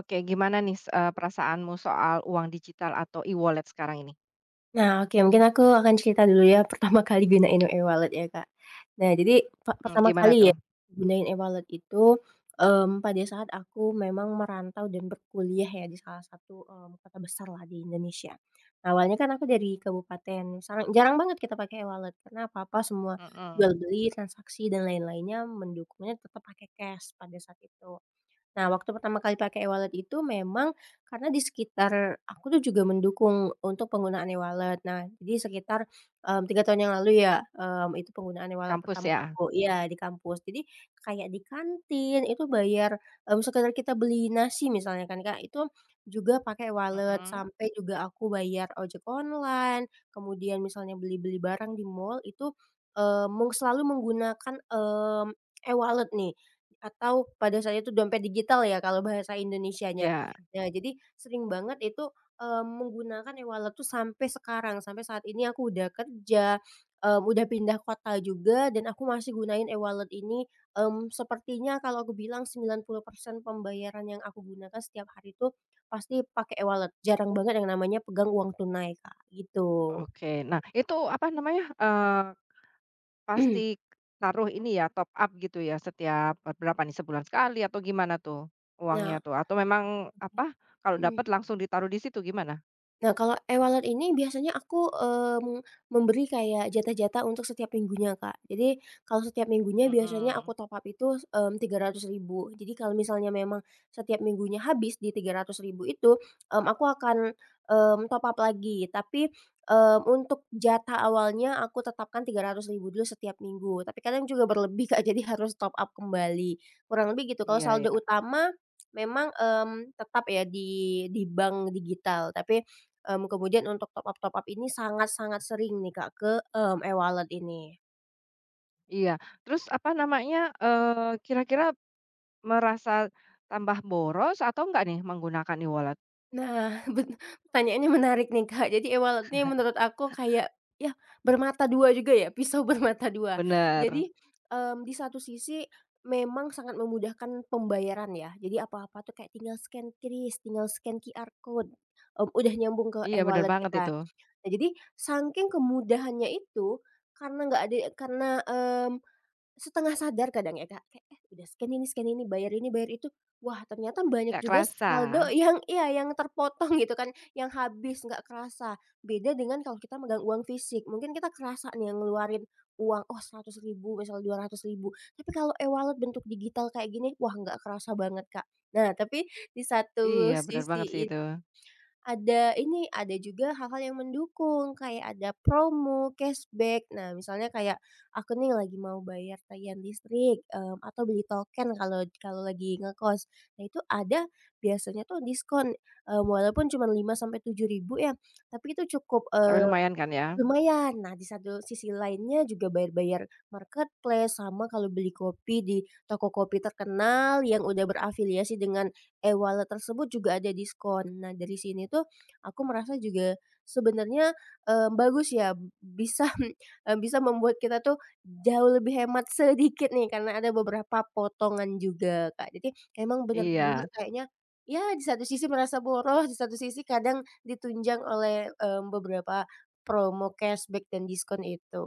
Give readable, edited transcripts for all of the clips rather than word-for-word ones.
Oke, gimana nih s eee, perasaanmu soal uang digital atau e-wallet sekarang ini? Nah, oke mungkin aku akan cerita dulu ya pertama kali gunain e-wallet ya, Kak. Nah, jadi pe pertama Gimana kali tuh? ya gunain e-wallet itu, pada saat aku memang merantau dan berkuliah ya di salah satu, kota besar lah di Indonesia. Nah, awalnya kan aku dari kabupaten, jarang banget kita pakai e-wallet karena apa-apa semua Mhm. jual beli, transaksi dan lain-lainnya mendukungnya tetap pakai cash pada saat itu. Nah, waktu pertama kali pakai e-wallet itu memang karena di sekitar aku tuh juga mendukung untuk penggunaan e-wallet. Nah, jadi sekitar, 3 tahun yang lalu ya, itu penggunaan e-wallet Kampus pertama ya? aku ya di kampus. Jadi kayak di kantin itu bayar, sekedar kita beli nasi misalnya kan, Kak, itu juga pakai e-wallet, Mhm. sampai juga aku bayar ojek online, kemudian misalnya beli-beli barang di mall itu, selalu menggunakan, e-wallet nih. Atau pada saat itu dompet digital ya kalau bahasa Indonesianya. Iya, Nah jadi sering banget itu, menggunakan e-wallet tuh sampai sekarang, sampai saat ini aku udah kerja, udah pindah kota juga dan aku masih gunain e-wallet ini, sepertinya kalau aku bilang 90% pembayaran yang aku gunakan setiap hari itu pasti pakai e-wallet, jarang banget yang namanya pegang uang tunai, Kak, gitu. oke. Nah, itu apa namanya, pasti taruh ini ya, top up gitu ya setiap berapa nih, sebulan sekali atau gimana tuh uangnya Nah, tuh? Atau memang apa, kalau mhm. dapat langsung ditaruh di situ, gimana? Nah, kalau e-wallet ini biasanya aku, memberi kayak jatah-jatah untuk setiap minggunya, Kak. Jadi, kalau setiap minggunya biasanya aku Mhm. top up itu, Rp300.000. Jadi, kalau misalnya memang setiap minggunya habis di rp ribu itu, aku akan, top up lagi. Tapi, untuk jatah awalnya aku tetapkan rp ribu dulu setiap minggu, tapi kadang juga berlebih, Kak, jadi harus top up kembali. Kurang lebih gitu. Kalau Iya, saldo iya. utama memang, tetap ya di bank digital, tapi kemudian untuk top up-top up ini sangat-sangat sering nih Kak ke, e-wallet ini. Iya. Terus apa namanya, kira-kira merasa tambah boros atau enggak nih menggunakan e-wallet? Nah, pertanyaannya menarik nih Kak. Jadi e-wallet nih menurut aku kayak, ya bermata dua juga ya, pisau bermata dua. Bener, Jadi, di satu sisi memang sangat memudahkan pembayaran ya. Jadi apa-apa tuh kayak tinggal scan kris, tinggal scan QR code, udah nyambung ke iya bener e-wallet banget itu, kita. Nah jadi saking kemudahannya itu, karena nggak ada karena, setengah sadar kadang ya, Kak, kayak, "Eh, udah scan ini bayar itu." Wah, ternyata banyak nggak juga kerasa. saldo yang iya, yang terpotong gitu kan, yang habis, nggak kerasa. Beda dengan kalau kita megang uang fisik, mungkin kita kerasa nih yang ngeluarin uang, oh 100 ribu misal 200 ribu. Tapi kalau e-wallet bentuk digital kayak gini, wah nggak kerasa banget, Kak. Nah, tapi di Iya satu bener banget sih sisi itu, ada ini, ada juga hal-hal yang mendukung, kayak ada promo, cashback. Nah, misalnya kayak aku nih lagi mau bayar tagihan listrik, atau beli token kalau kalau lagi ngekos. Nah, itu ada biasanya tuh diskon, walaupun cuma 5 sampai 7 ribu ya, tapi itu cukup. tapi lumayan kan ya? Lumayan. Nah, di satu sisi lainnya juga bayar-bayar marketplace, sama kalau beli kopi di toko kopi terkenal yang udah berafiliasi dengan e-wallet tersebut juga ada diskon. Nah, dari sini tuh aku merasa juga sebenarnya, bagus ya bisa, bisa membuat kita tuh jauh lebih hemat sedikit nih karena ada beberapa potongan juga, Kak. Jadi emang benar-benar Iya. kayaknya ya di satu sisi merasa boros, di satu sisi kadang ditunjang oleh, beberapa promo cashback dan diskon itu.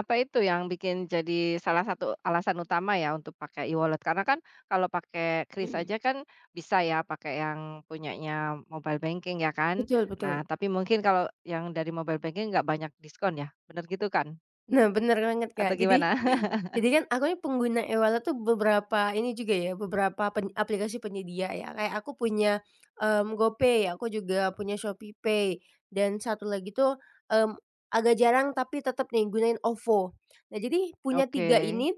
Apa itu yang bikin jadi salah satu alasan utama ya untuk pakai e-wallet? Karena kan kalau pakai kris Mhm. aja kan bisa ya pakai yang punyanya mobile banking ya kan? Betul, Nah betul. tapi mungkin kalau yang dari mobile banking nggak banyak diskon ya, bener gitu kan? Nah bener banget, Atau Kak. Jadi gimana? jadi kan aku ini pengguna e-wallet tuh beberapa ini juga ya, beberapa aplikasi penyedia ya. Kayak aku punya, GoPay, aku juga punya ShopeePay, dan satu lagi tuh, mmm, agak jarang tapi tetep nih gunain OVO. Nah jadi punya 3 Oke. ini,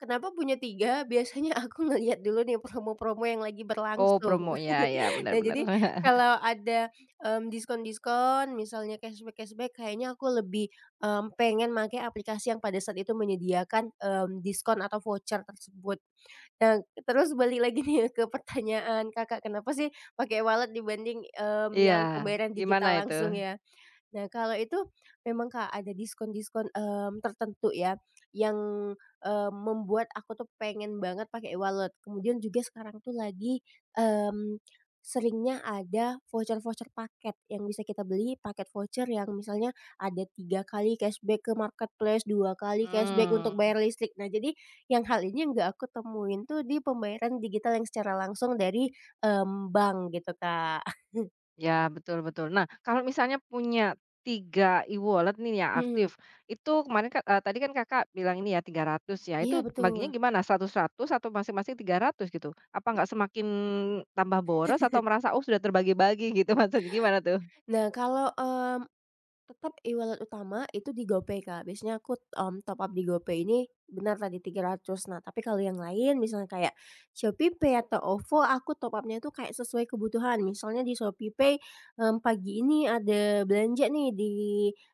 kenapa punya 3? Biasanya aku ngelihat dulu nih promo-promo yang lagi Oh berlangsung. promo ya, ya benar Nah, bener. jadi kalau ada, diskon-diskon misalnya cashback-cashback kayaknya aku lebih, pengen pakai aplikasi yang pada saat itu menyediakan, diskon atau voucher tersebut. Nah, terus balik lagi nih ke pertanyaan Kakak, kenapa sih pakai wallet dibanding, Iya, yang pembayaran gimana digital itu? langsung ya? Nah, kalau itu memang, Kak, ada diskon-diskon, tertentu ya yang, membuat aku tuh pengen banget pakai e-wallet. Kemudian juga sekarang tuh lagi, mmm, seringnya ada voucher-voucher paket yang bisa kita beli, paket voucher yang misalnya ada 3 kali cashback ke marketplace, 2 kali cashback Mmm. untuk bayar listrik. Nah, jadi yang hal ini yang nggak aku temuin tuh di pembayaran digital yang secara langsung dari, bank gitu, Kak. Ya, betul, betul. Nah, kalau misalnya punya 3 e-wallet nih yang Mhm, aktif, itu kemarin kan, tadi kan Kakak bilang ini ya 300 ribu ya, iya itu baginya betul. gimana? 100, 100 atau masing-masing 300 ribu gitu? Apa nggak semakin tambah boros atau merasa, "Oh, sudah terbagi-bagi," gitu maksudnya gimana tuh? Nah, kalau, tetap e-wallet utama itu di GoPay, Kak. Biasanya aku, top up di GoPay ini benar tadi 300. Nah, tapi kalau yang lain misalnya kayak ShopeePay atau OVO, aku top upnya itu kayak sesuai kebutuhan. Misalnya di ShopeePay, pagi ini ada belanja nih di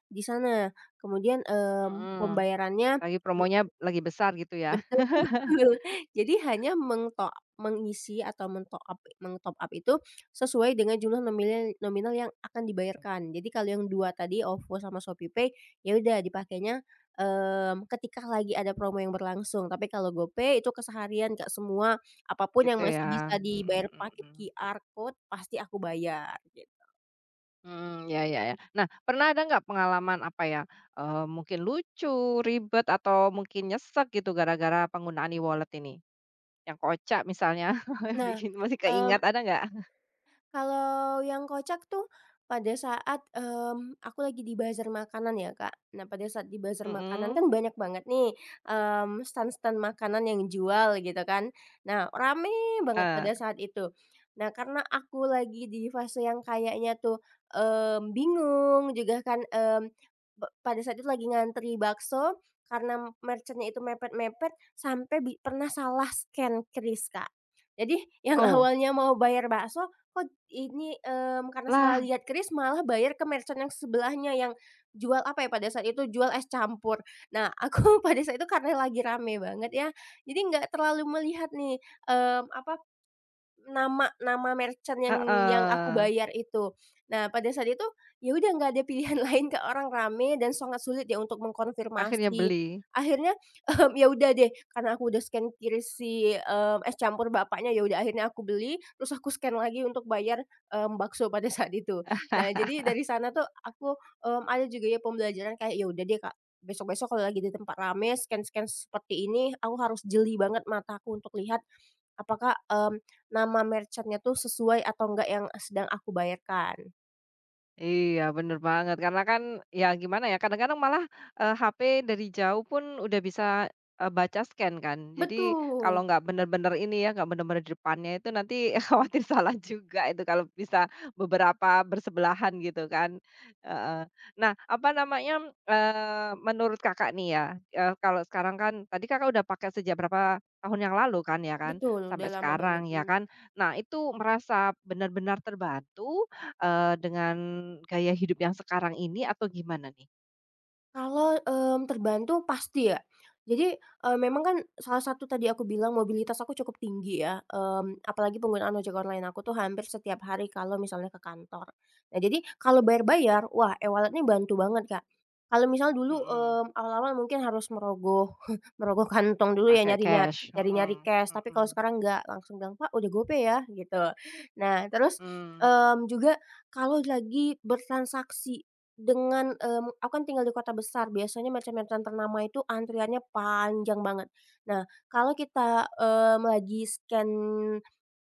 di sana, kemudian, Mhm, pembayarannya. lagi promonya lagi besar gitu ya? Betul. Jadi hanya mengisi atau mentop up mengtop up itu sesuai dengan jumlah nominal nominal yang akan dibayarkan. Jadi kalau yang 2 tadi OVO sama ShopeePay, ya udah dipakainya, ketika lagi ada promo yang berlangsung. Tapi kalau GoPay itu keseharian, Kak, semua apapun Gitu yang ya. masih bisa Mhm, dibayar mhm, pakai mhm. QR code pasti aku bayar, gitu. Mhm, ya, ya, ya. Nah, pernah ada nggak pengalaman apa ya, mungkin lucu, ribet, atau mungkin nyesek gitu gara-gara penggunaan e-wallet ini? Yang kocak misalnya, Nah, bikin masih mmm keingat, ada nggak? kalau yang kocak tuh pada saat, aku lagi di bazar makanan ya, Kak. Nah, pada saat di bazar makanan kan Mhm, banyak banget nih, stand-stand makanan yang jual gitu kan. Nah, rame banget eee, pada saat itu. Nah, karena aku lagi di fase yang kayaknya tuh, bingung juga kan, pada saat itu lagi ngantri bakso karena merchantnya itu mepet-mepet sampai pernah salah scan kris, Kak. Jadi yang oh, awalnya mau bayar bakso kok ini, karena salah lah, lihat keris malah bayar ke merchant yang sebelahnya yang jual apa ya pada saat itu, jual es campur. Nah, aku pada saat itu karena lagi rame banget ya, jadi nggak terlalu melihat nih, apa nama nama merchant yang aku heeh, bayar itu. Nah, pada saat itu, ya udah nggak ada pilihan lain ke orang rame dan sangat sulit ya untuk akhirnya mengkonfirmasi. beli. Akhirnya, ya udah deh, karena aku udah scan kiri si, es campur bapaknya, ya udah akhirnya aku beli, terus aku scan lagi untuk bayar, bakso pada saat itu. Nah, jadi dari sana tuh aku, ada juga ya pembelajaran kayak, ya udah deh Kak, besok-besok kalau lagi di tempat rame, scan-scan seperti ini, aku harus jeli banget mataku untuk lihat apakah, nama merchantnya tuh sesuai atau enggak yang sedang aku bayarkan. Iya, bener banget. Karena kan, ya gimana ya, kadang-kadang malah, HP dari jauh pun udah bisa, baca scan kan. Jadi kalau Betul. nggak bener-bener ini ya, nggak bener-bener di depannya itu nanti khawatir salah juga itu kalau bisa beberapa bersebelahan gitu kan, heeh. Nah, apa namanya, menurut Kakak nih ya, kalau sekarang kan tadi Kakak udah pakai sejak berapa tahun yang lalu kan, ya kan, Betul, sampai udah lama sekarang banget, ya mhm. kan. Nah, itu merasa benar-benar terbantu dengan gaya hidup yang sekarang ini atau gimana nih? Kalau, terbantu pasti ya. Jadi, memang kan salah satu tadi aku bilang mobilitas aku cukup tinggi ya, apalagi penggunaan ojek online aku tuh hampir setiap hari kalau misalnya ke kantor. Nah jadi kalau bayar-bayar, wah e-wallet ini bantu banget, Kak. Kalau misal dulu, Mhm, awal-awal mungkin harus merogoh merogoh kantong dulu ya pakai nyari cash, nyari-nyari mhm, cash, tapi mhm, kalau sekarang enggak, langsung bilang, "Pak udah GoPay ya?" Gitu. Nah terus, mmm, juga kalau lagi bertransaksi dengan, aku kan tinggal di kota besar, biasanya merchant-merchant ternama itu antriannya panjang banget. Nah, kalau kita, lagi scan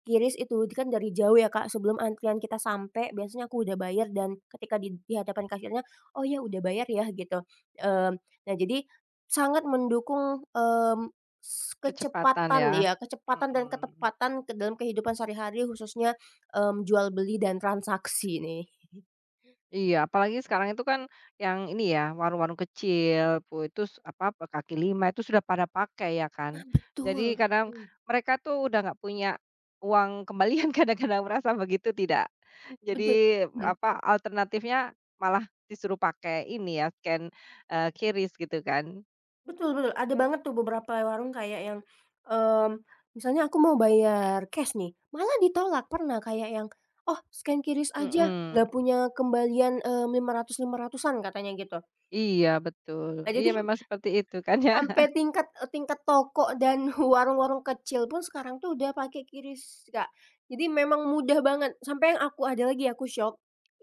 kiris itu kan dari jauh ya, Kak, sebelum antrian kita sampai biasanya aku udah bayar dan ketika di hadapan kasirnya, "Oh ya udah bayar ya," gitu. Mmm, nah jadi sangat mendukung, kecepatan kecepatan ya, ya, kecepatan dan mhm. ketepatan ke dalam kehidupan sehari-hari khususnya, jual beli dan transaksi nih. Iya, apalagi sekarang itu kan yang ini ya, warung-warung kecil pu itu s apa, pe kaki lima itu sudah pada pakai ya kan. Nah Jadi betul. kadang Mhm. mereka tuh udah nggak punya uang kembalian kadang-kadang merasa begitu tidak. Jadi Betul, mhm, apa, alternatifnya malah disuruh pakai ini ya, scan, QRIS gitu kan. betul betul, ada banget tuh beberapa warung kayak yang, mmm, misalnya aku mau bayar cash nih, malah ditolak pernah kayak yang, "Oh scan QRIS aja, nggak Mhm, punya kembalian, lima ratus lima ratusan," katanya gitu. iya betul. Nah Iya jadi memang seperti itu kan ya. sampai tingkat tingkat toko dan warung-warung kecil pun sekarang tuh udah pakai QRIS, Kak. Jadi memang mudah banget, sampai yang aku ada lagi aku syok,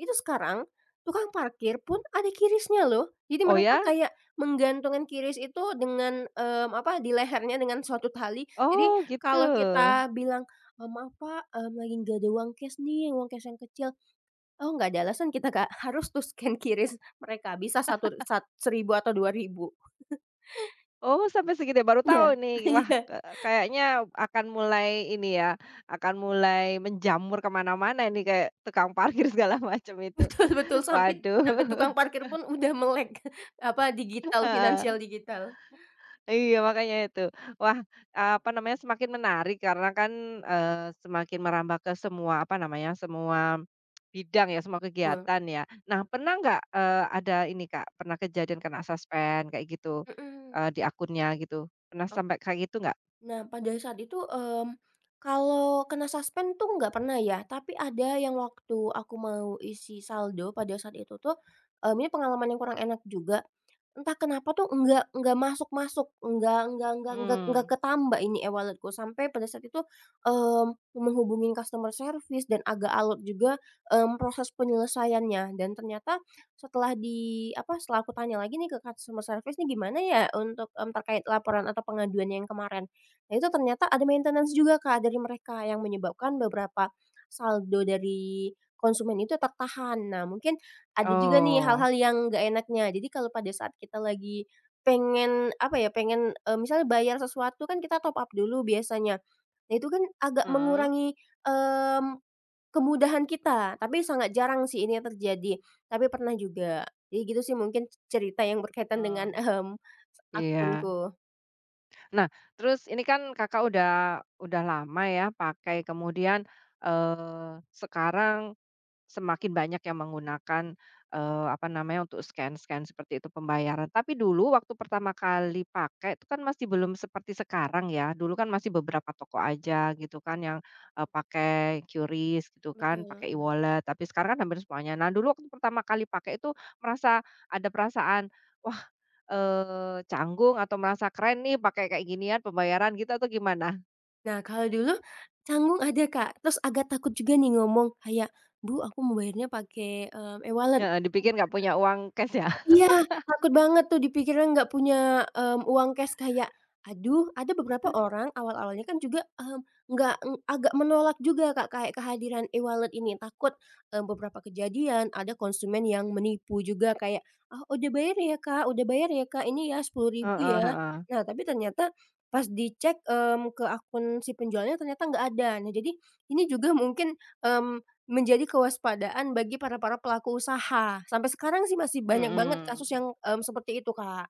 itu sekarang tukang parkir pun ada QRIS-nya loh. Jadi Oh mereka ya? kayak menggantungkan QRIS itu dengan, apa, di lehernya dengan suatu tali. Jadi Oh gitu. kalau kita bilang, "Maaf Pak, lagi nggak ada uang cash nih, uang cash yang kecil." "Oh, nggak ada alasan kita, Kak, harus tuh scan QRIS mereka, bisa satu rp atau 2 ribu." Oh sampai segini baru tahu Iya, nih. Wah iya. ke kayaknya akan mulai ini ya, akan mulai menjamur kemana mana ini kayak tukang parkir segala macam itu. Betul, betul sampai sampai Waduh, tukang parkir pun udah melek, apa, digital, finansial digital. iya, makanya itu. Wah, apa namanya, semakin menarik karena kan, eee, semakin merambah ke semua, apa namanya, semua bidang ya, semua Betul, kegiatan ya. Nah, pernah nggak, ada ini Kak, pernah kejadian kena suspend kayak gitu, mhm. Di akunnya gitu? Pernah sampai kayak gitu nggak? Nah, pada saat itu, kalau kena suspend tuh nggak pernah ya, tapi ada yang waktu aku mau isi saldo pada saat itu tuh, ini pengalaman yang kurang enak juga. Entah kenapa tuh nggak masuk-masuk, nggak Mmm, ketambah ini e wallet sampai pada saat itu, menghubungin customer service dan agak alot juga, proses penyelesaiannya. Dan ternyata setelah setelah aku tanya lagi nih ke customer service nih, "Gimana ya untuk, terkait laporan atau pengaduan yang kemarin?" Nah itu ternyata ada maintenance juga Kak dari mereka yang menyebabkan beberapa saldo dari konsumen itu tertahan. Nah mungkin ada juga nih oh, hal-hal yang nggak enaknya. Jadi kalau pada saat kita lagi pengen, misalnya bayar sesuatu kan kita top up dulu biasanya. Nah itu kan agak mhm, mengurangi, mmm, kemudahan kita, tapi sangat jarang sih ini terjadi, tapi pernah juga. Jadi gitu sih mungkin cerita yang berkaitan dengan, mhm, iya. akunku. Nah, terus ini kan Kakak udah lama ya pakai, kemudian, eee, sekarang semakin banyak yang menggunakan, apa namanya, untuk scan-scan seperti itu pembayaran. Tapi dulu waktu pertama kali pakai itu kan masih belum seperti sekarang ya, dulu kan masih beberapa toko aja gitu kan yang, pakai QRIS gitu kan, Betul. pakai e-wallet, tapi sekarang kan hampir semuanya. Nah dulu waktu pertama kali pakai itu merasa ada perasaan, "Wah, canggung," atau merasa, "Keren nih pakai kayak ginian pembayaran," gitu atau gimana? Nah, kalau dulu canggung ada, Kak, terus agak takut juga nih ngomong kayak, "Bu, aku mau bayarnya pakai, e-wallet." Heeh, dipikir nggak punya uang cash ya? Iya, takut banget tuh dipikirnya nggak punya, uang cash kayak, aduh ada beberapa orang awal-awalnya kan juga, nggak ng agak menolak juga Kak, kayak kehadiran e-wallet ini takut, beberapa kejadian ada konsumen yang menipu juga kayak, "Ah, udah bayar ya Kak udah bayar ya Kak, ini ya 10 ribu Heeh, ya." heeh. Nah, tapi ternyata pas dicek, ke akun si penjualnya ternyata nggak ada. Nah, jadi ini juga mungkin, mmm menjadi kewaspadaan bagi para para pelaku usaha. Sampai sekarang sih masih banyak banget kasus Mhm. yang, seperti itu, Kak.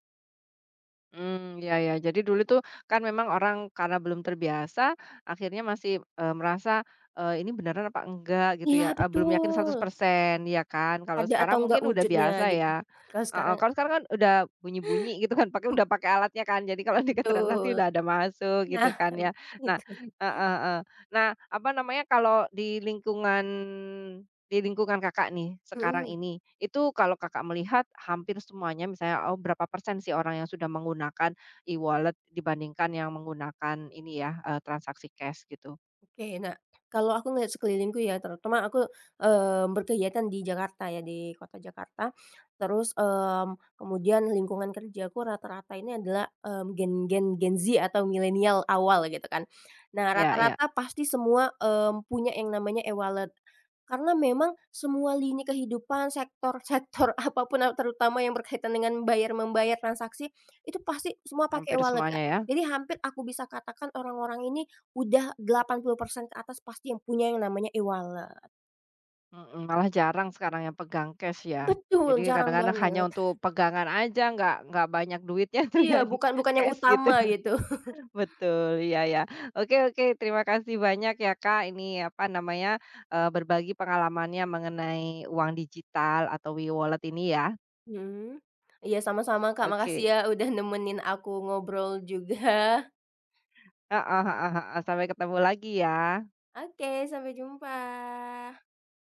Hmm, ya, ya. Jadi dulu tuh kan memang orang karena belum terbiasa, akhirnya masih, merasa, ini beneran apa enggak gitu Iya, ya, belum yakin seratus betul. persen ya kan. Kalau Ada atau sekarang enggak mungkin udah wujudnya biasa gitu. ya. Kalau Heeh, sekarang kalau sekarang kan udah bunyi-bunyi gitu kan, udah pakai alatnya kan. Jadi kalau di keterangan pasti betul. udah ada masuk gitu Nah, kan ya. Nah, gitu. heeh, heeh. Nah, apa namanya, kalau di lingkungan Kakak nih, sekarang Mhm. ini, itu kalau Kakak melihat hampir semuanya misalnya, oh berapa persen sih orang yang sudah menggunakan e-wallet dibandingkan yang menggunakan ini ya, transaksi cash gitu? Oke, nah, kalau aku ngeliat sekelilingku ya, terutama aku, berkegiatan di Jakarta ya, di kota Jakarta. Terus, kemudian lingkungan kerjaku rata-rata ini adalah, gen gen Gen Z atau milenial awal gitu kan. Nah, Ya, ya, rata-rata pasti semua, punya yang namanya e-wallet. Karena memang semua lini kehidupan, sektor-sektor apapun terutama yang berkaitan dengan bayar-membayar transaksi, itu pasti semua pakai hampir e-wallet, semuanya Kak. ya? Jadi hampir aku bisa katakan orang-orang ini udah 80% ke atas pasti yang punya yang namanya e-wallet. Mhm, malah jarang sekarang yang pegang cash ya? Jadi Betul, jarang kadang-kadang hanya banget. untuk pegangan aja, nggak banyak duitnya tuh Iya, yang bukan bukan yang cash gitu. utama gitu. Betul, iya ya. Oke, oke, terima kasih banyak ya Kak, ini apa namanya, berbagi pengalamannya mengenai uang digital atau e-wallet ini ya. Mhm. Iya, sama-sama Kak, makasih Oke, ya udah nemenin aku ngobrol juga. heeh, heeh, heeh, sampai ketemu lagi ya. Oke, sampai jumpa.